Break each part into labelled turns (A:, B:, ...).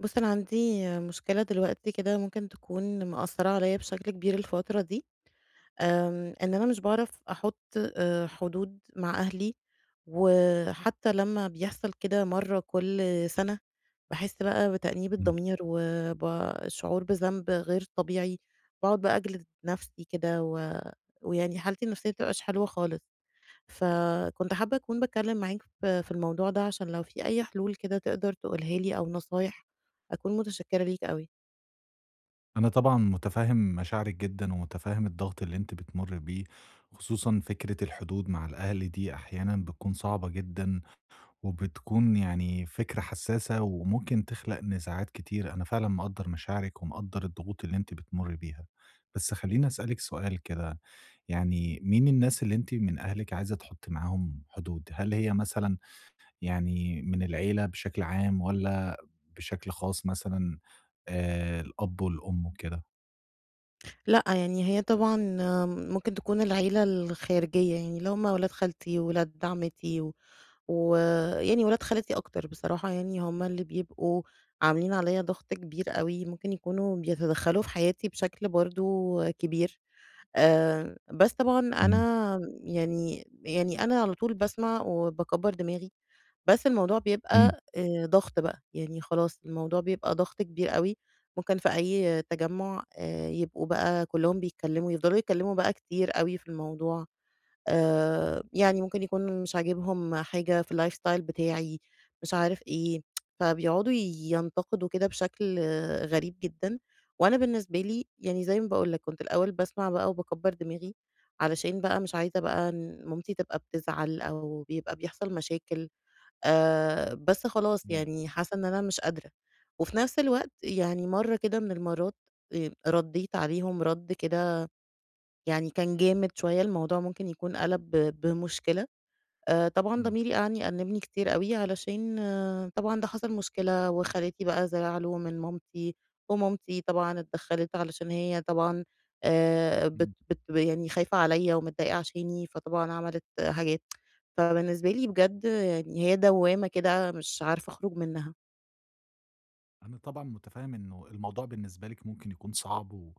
A: بُص، أنا عندي مشكلة دلوقتي كده ممكن تكون مأثّرة عليّا بشكل كبير الفترة دي، إن أنا مش باعرف أحُط حدود مع أهلي، وحتى لمّا بيحصل كده مرّة كل سَنة، باحس بقى بتأنيب
B: إمم.
A: الضمير وبشعور بذنب غير طبيعي، باقعد بقى أجلد نَفْسي كده ويعني حالتي النفسية ما بتبقاش حلوة خالص. فكنت حابة أكون باتكلم معاك في الموضوع ده عشان لو في أي حلول كده تقدر تقولها لي أو نصايح، أكون متشكرة ليك أوي.
B: أنا طبعًا مُتفهِّم مشاعرِك جدًا ومُتفهِّم الضغط اللي أنتِ بتمُرّي بيه، خصوصًا فكرة الحدود مع الأهل دي أحيانًا بتكون صعبة جدًا وبتكون يعني فكرة حسّاسة وممكن تخلق نزاعات كتير، أنا فعلًا مقدّر مشاعرِك ومقدّر الضغوط اللي أنتِ بتمُرّي بيها. بس خلّيني أسألِك سؤال كده، يعني مين الناس اللي أنتِ من أهلِك عايزة تحُطّي معاهم حدود؟ هل هي مثلًا يعني من العيلة بشكل عام والّا بشكل خاص مثلًا الأب والأم وكده؟
A: لأ، يعني هي طبعًا ممكن تكون العيلة الخارجية، يعني اللي هم ولاد خالتي وولاد عمتي ويعني ولاد خالتي أكتر بصراحة يعني هم اللي بيبقوا عاملين عليّا ضغط كبير أوي، ممكن يكونوا بيتدخلوا في حياتي بشكل برضه كبير. بس طبعًا
B: إمم،
A: أنا يعني أنا على طول باسمع وباكبّر دماغي، بس الموضوع
B: إمم،
A: بيبقى ضغط بقى، يعني خلاص الموضوع بيبقى ضغط كبير أوي، ممكن في أي تجمُّع يبقوا بقى كلّهم بيتكلّموا، يفضلوا يتكلّموا بقى كتير أوي في الموضوع. يعني ممكن يكون مش عاجبهم حاجة في الlifestyle بتاعي، مش عارف إيه، فبيقعدوا ينتقدوا كده بشكل غريب جدًا، وأنا بالنسبة لي يعني زي ما باقول لك كنت الأول باسمع بقى وباكبّر دماغي، علشان بقى مش عايزة بقى إن مامتي تبقى بتزعل أو بيبقى بيحصل مشاكل، بس خلاص
B: إمم،
A: يعني حاسة إن أنا مش قادرة، وفي نفس الوقت يعني مرّة كده من المرّات ردّيت عليهم رَد كده يعني كان جامد شوية، الموضوع ممكن يكون قَلَب بمشكلة، طبعًا
B: إمم،
A: ضميري قعد يأنِّبني كتير أوي علشان طبعًا ده حصل مشكلة وخالاتي بقى زعلوا من مامتي، ومامتي طبعًا اتدخّلت علشان هي طبعًا
B: إمم.
A: بت بت يعني خايفة عليّا ومتضايقة عشاني، فطبعًا عملت حاجات، فبالنسبة لي بجد يعني هي دوّامة كده مش عارفة أخرُج منها.
B: أنا طبعًا مُتفهِّم إنه الموضوع بالنسبة لِك ممكن يكون صعب و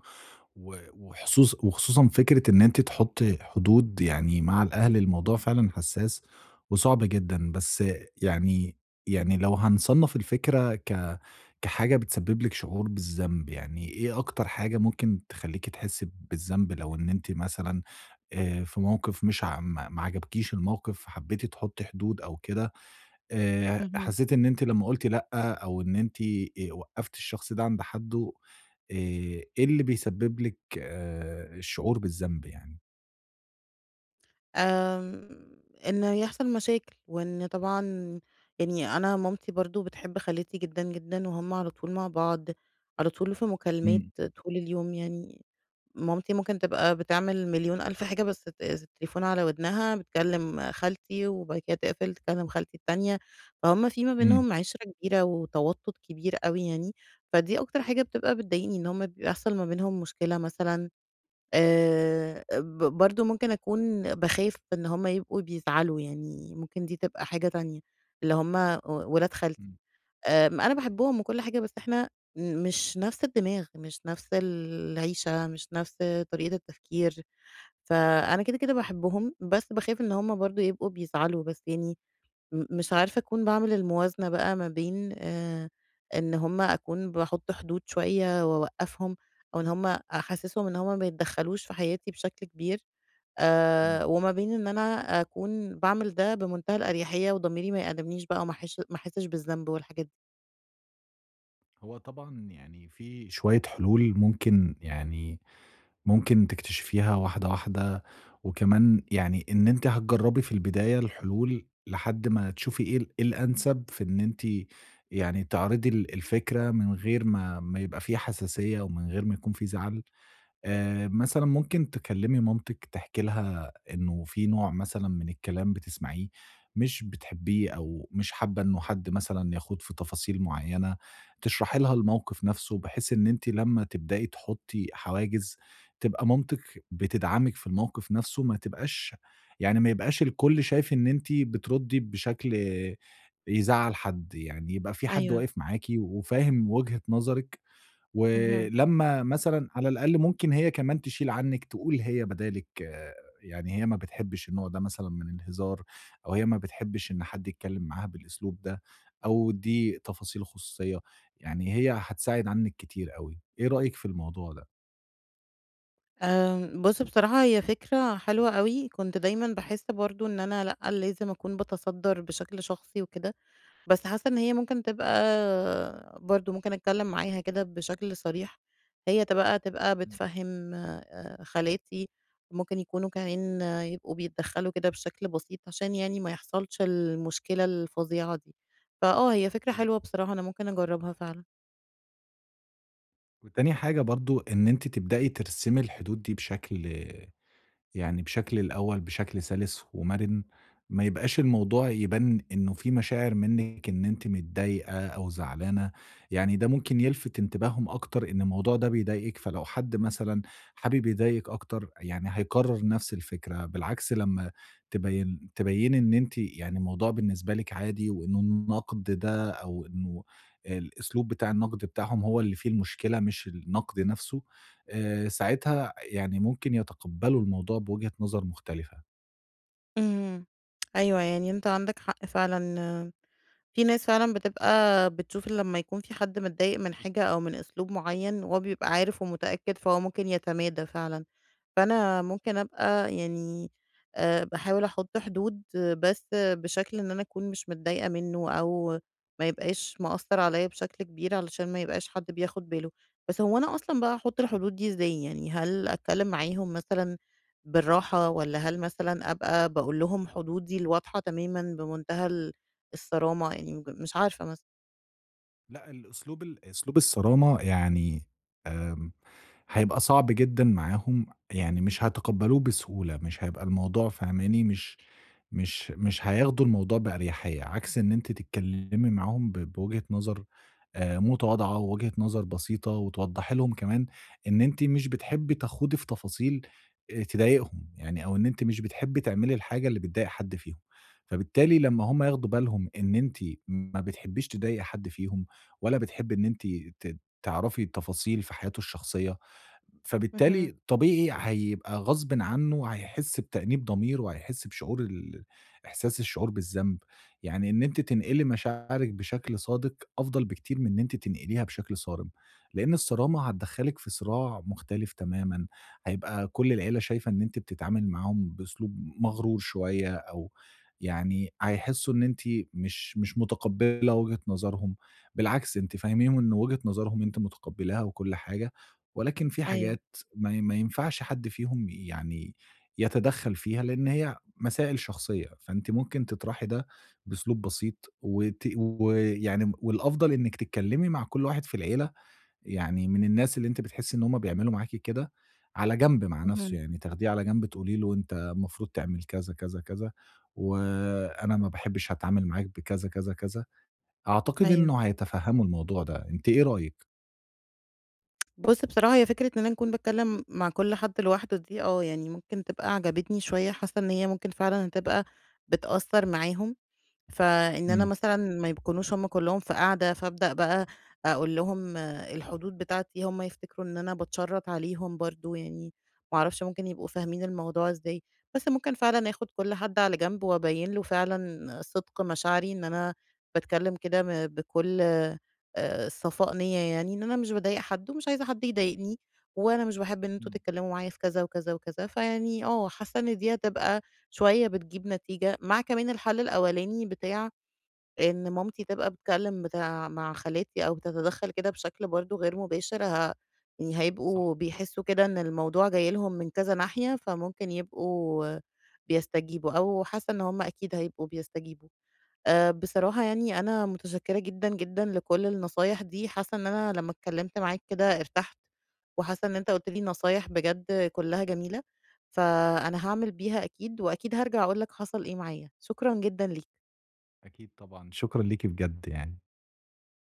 B: و وحصوص وخصوصًا فكرة إن أنتِ تحُطّي حدود يعني مع الأهل، الموضوع فعلًا حسّاس وصعب جدًا، بس يعني يعني لو هنصنّف الفكرة كحاجة بتسبّب لِك شعور بالذنب، يعني إيه أكتر حاجة ممكن تخلّيكِ تحسّي بالذنب لو إن أنتِ مثلًا في موقِف مش ع ما عجبكيش الموقِف، حبّيتِ تحُطّي حدود أو كده؟
A: اهم.
B: حسيتِ إن أنتِ لمّا قُلتِ لأ، أو إن أنتِ وقّفتِ الشخص ده عند حدُّه، آآ، إيه اللي بيسبب لِك الشعور بالذنب يعني؟
A: آمم، إن يحصل مشاكل، وإن طبعًا يعني أنا مامتي برضه بتحب خالتي جدًا، جدًا، وهُم على طول مع بعض، على طول في مكالمات
B: إمم،
A: طول اليوم يعني، مامتي ممكن تبقى بتعمل مليون ألف حاجة بس التليفون على ودنها، بتكلم خالتي وبعد كده تقفل تكلم خالتي التانية، فهُم في ما
B: إمم،
A: بينهم عِشرة كبيرة وتوتُّر كبير أوي يعني، فدي أكتر حاجة بتبقى بتضايقني، إن هُم بيحصل ما بينهم مشكلة مثلًا برضه ممكن أكون باخاف إن هُم يبقوا بيزعلوا، يعني ممكن دي تبقى حاجة تانية، اللي هُم ولاد خالتي،
B: إمم،
A: أنا باحبهم وكل حاجة، بس إحنا مش نفس الدماغ، مش نفس العيشة، مش نفس طريقة التفكير، فأنا كده، كده باحبهم، بس باخاف إن هُم برضه يبقوا بيزعلوا، بس يعني مش عارفة أكون باعمل الموازنة بقى ما بين إن هُم أكون باحُط حدود شوية وأوقّفهم، أو إن هُم أحسّسهم إن هُم ما يتدخّلوش في حياتي بشكل كبير،
B: إمم.
A: وما بين إن أنا أكون باعمل ده بمنتهى الأريحية وضميري ما يأنِّبنيش بقى وما أحسش ما أحسش بالذنب والحاجات دي.
B: هو طبعًا يعني في شوية حلول ممكن يعني ممكن تكتشفيها واحدة، واحدة، وكمان يعني إن أنتِ هتجرّبي في البداية الحلول لحد ما تشوفي إيه الأنسب في إن أنتِ يعني تعرضي الفكرة من غير ما يبقى في حساسية ومن غير ما يكون في زعل. مثلًا ممكن تكلمي مامتِك تحكي لها إنه في نوع مثلًا من الكلام بتسمعيه مش بتحبيه أو مش حابة إنه حد مثلًا يخوض في تفاصيل معيّنة، تشرحي لها الموقف نفسه بحيث إن أنتِ لمّا تبدئي تحطّي حواجز تبقى مامتِك بتدعمِك في الموقف نفسه، ما تبقاش يعني ما يبقاش الكل شايف إن أنتِ بتردّي بشكل يزعّل حد، يعني يبقى في حد
A: أيوه،
B: واقف معاكِ وفاهم وجهة نظرِك
A: اهم.
B: ولمّا مثلًا على الأقل ممكن هي كمان تشيل عنِّك، تقول هي بدالِك آه، يعني هي ما بتحبّش النوع ده مثلًا من الهزار، أو هي ما بتحبّش إن حد يتكلّم معاها بالأسلوب ده، أو دي تفاصيل خصوصية، يعني هي هتساعد عنِّك كتير أوي، إيه رأيِك في الموضوع ده؟
A: بُص بصراحة هي فكرة حلوة أوي، كنت دايمًا باحس برضه إن أنا لأ، لازم أكون باتصدّر بشكل شخصي وكده. بس حاسة إن هي ممكن تبقى برضه ممكن أتكلّم معاها كده بشكل صريح، هي تبقى
B: إمم،
A: بتفهِّم خالاتي، ممكن يكونوا كمان يبقوا بيتدخّلوا كده بشكل بسيط عشان يعني ما يحصلش المشكلة الفظيعة دي. هي فكرة
B: إمم.
A: حلوة بصراحة، أنا ممكن أجرّبها فعلًا.
B: وتاني حاجة برضه إن أنتِ تبدئي ترسمي الحدود دي بشكل يعني بشكل الأول بشكل سلس ومَرِن، ما يبقاش الموضوع يبان إنه في مشاعر منِّك إن أنتِ متضايقة أو زعلانة، يعني ده ممكن يلفت انتباههم أكتر إن الموضوع ده بيضايقِك، فلو حد مثلًا حابب يضايقِك أكتر يعني هيكرّر نفس الفكرة، بالعكس لمّا تبيّني إن أنتِ يعني الموضوع بالنسبة لِك عادي وإنه النقد ده أو إنه الأسلوب بتاع النقد بتاعهم هو اللي فيه المشكلة مش النقد نفسه، ساعتها يعني ممكن يتقبّلوا الموضوع بوجهة نظر مختلفة.
A: اهم. أيوه، يعني أنت عندك حق فعلًا، في ناس فعلًا بتبقى بتشوف لمّا يكون في حد متضايق من حاجة أو من أسلوب معيّن وهو بيبقى عارف ومتأكد، فهو ممكن يتمادى فعلًا. فأنا ممكن أبقى يعني باحاول أحُط حدود بس بشكل إن أنا أكون مش متضايقة منّه أو ما يبقاش مأثّر عليّا بشكل كبير علشان ما يبقاش حد بياخُد باله. بس هو أنا أصلًا بقى أحُط الحدود دي إزاي؟ يعني هل أتكلّم معاهم مثلًا بالراحة والّا هل مثلًا أبقى باقول لهم حدودي الواضحة تمامًا بمنتهى الصرامة؟ يعني مش عارفة مثلًا.
B: لأ الأسلوب ال أسلوب الصرامة يعني آمم هيبقى صعب جدًا معاهم، يعني مش هيتقبّلوه بسهولة، مش هيبقى الموضوع فاهماني؟ مش هياخدوا الموضوع بأريحيّة، عكس إن أنتِ تتكلّمي معاهم بوجهة نظر متواضعة، ووجهة نظر بسيطة، وتوضّحي لهم كمان إن أنتِ مش بتحبّي تخوضي في تفاصيل تضايقهم، يعني أو إن أنتِ مش بتحبّي تعملي الحاجة اللي بتضايق حد فيهم. فبالتالي لمّا هم ياخدوا بالهم إن أنتِ ما بتحبّيش تضايقي حد فيهم، ولا بتحبّي إن أنتِ ت تعرفي تفاصيل في حياته الشخصية،
A: اهم.
B: فبالتالي طبيعي هيبقى غصبٍ عنّه هيحس بتأنيب ضمير، وهيحس بشعور إحساس الشعور بالذنب، يعني إن أنتِ تنقلي مشاعرِك بشكل صادق أفضل بكتير من إن أنتِ تنقليها بشكل صارم، لإن الصرامة هتدخّلِك في صراع مختلف تمامًا، هيبقى كل العيلة شايفة إن أنتِ بتتعاملي معاهم بأسلوب مغرور شوية أو يعني هيحسّوا إن أنتِ مش متقبّلة وجهة نظرهم، بالعكس أنتِ فاهميهم إن وجهة نظرهم أنتِ متقبّلاها وكل حاجة. ولكن في
A: أيوه.
B: حاجات ما ينفعش حد فيهم يعني يتدخّل فيها، لإن هي مسائل شخصية، فأنتِ ممكن تطرحي ده بأسلوب بسيط ويعني والأفضل إنِّك تتكلّمي مع كل واحد في العيلة، يعني من الناس اللي أنتِ بتحسّي إن هُم بيعملوا معاكِ كده، على جنب مع نَفْسه،
A: اهم.
B: يعني تاخديه على جنب تقولي له أنت المفروض تعمل كذا، كذا، كذا، وأنا ما باحبش أتعامل معاك بكذا، كذا، كذا، أعتقد
A: أيوه.
B: إنه هيتفهّموا الموضوع ده، أنتِ إيه رأيِك؟
A: بُص بصراحة هي فكرة إن أنا أكون باتكلّم مع كل حد لوحده دي يعني ممكن تبقى عجبتني شوية، حاسة إن هي ممكن فعلًا هتبقى بتأثّر معاهم. فإن أنا
B: إمم.
A: مثلًا ما يكونوش هُم كلّهم في قعدة، فأبدأ بقى أقول لهم الحدود بتاعتي، هُم يفتكروا إن أنا باتشرّط عليهم برضه يعني، ما أعرفش ممكن يبقوا فاهمين الموضوع إزاي، بس ممكن فعلًا آخُد كل حد على جنب وأبيّن له فعلًا صدق مشاعري، إن أنا باتكلّم كده بكل صفاء نِيّة يعني، إن أنا مش باضايق حد ومش عايزة حد يضايقني، وأنا مش باحب إن أنتم
B: إمم،
A: تتكلّموا معايا في كذا وكذا وكذا، فيعني حاسّة إن دي هتبقى شوية بتجيب نتيجة، مع كمان الحل الأولاني بتاع إن مامتي تبقى بتتكلم بتاع مع خالاتي أو بتتدخّل كده بشكل برضه غير مباشر يعني
B: صح.
A: هيبقوا بيحسّوا كده إن الموضوع جاي لهم من كذا ناحية، فممكن يبقوا بيستجيبوا أو حاسّة إن هم أكيد هيبقوا بيستجيبوا. بصراحة يعني أنا متشكرة جدًا، جدًا لكل النصايح دي، حاسة إن أنا لمّا اتكلمت معاك كده ارتحت، وحاسة إن أنت قُلت لي نصايح بجد كلها جميلة، فأنا هاعمل بيها أكيد، وأكيد هارجع أقول لك حصل إيه معايا. شكرًا جدًا ليك.
B: أكيد طبعًا، شكرًا ليكِ بجد يعني.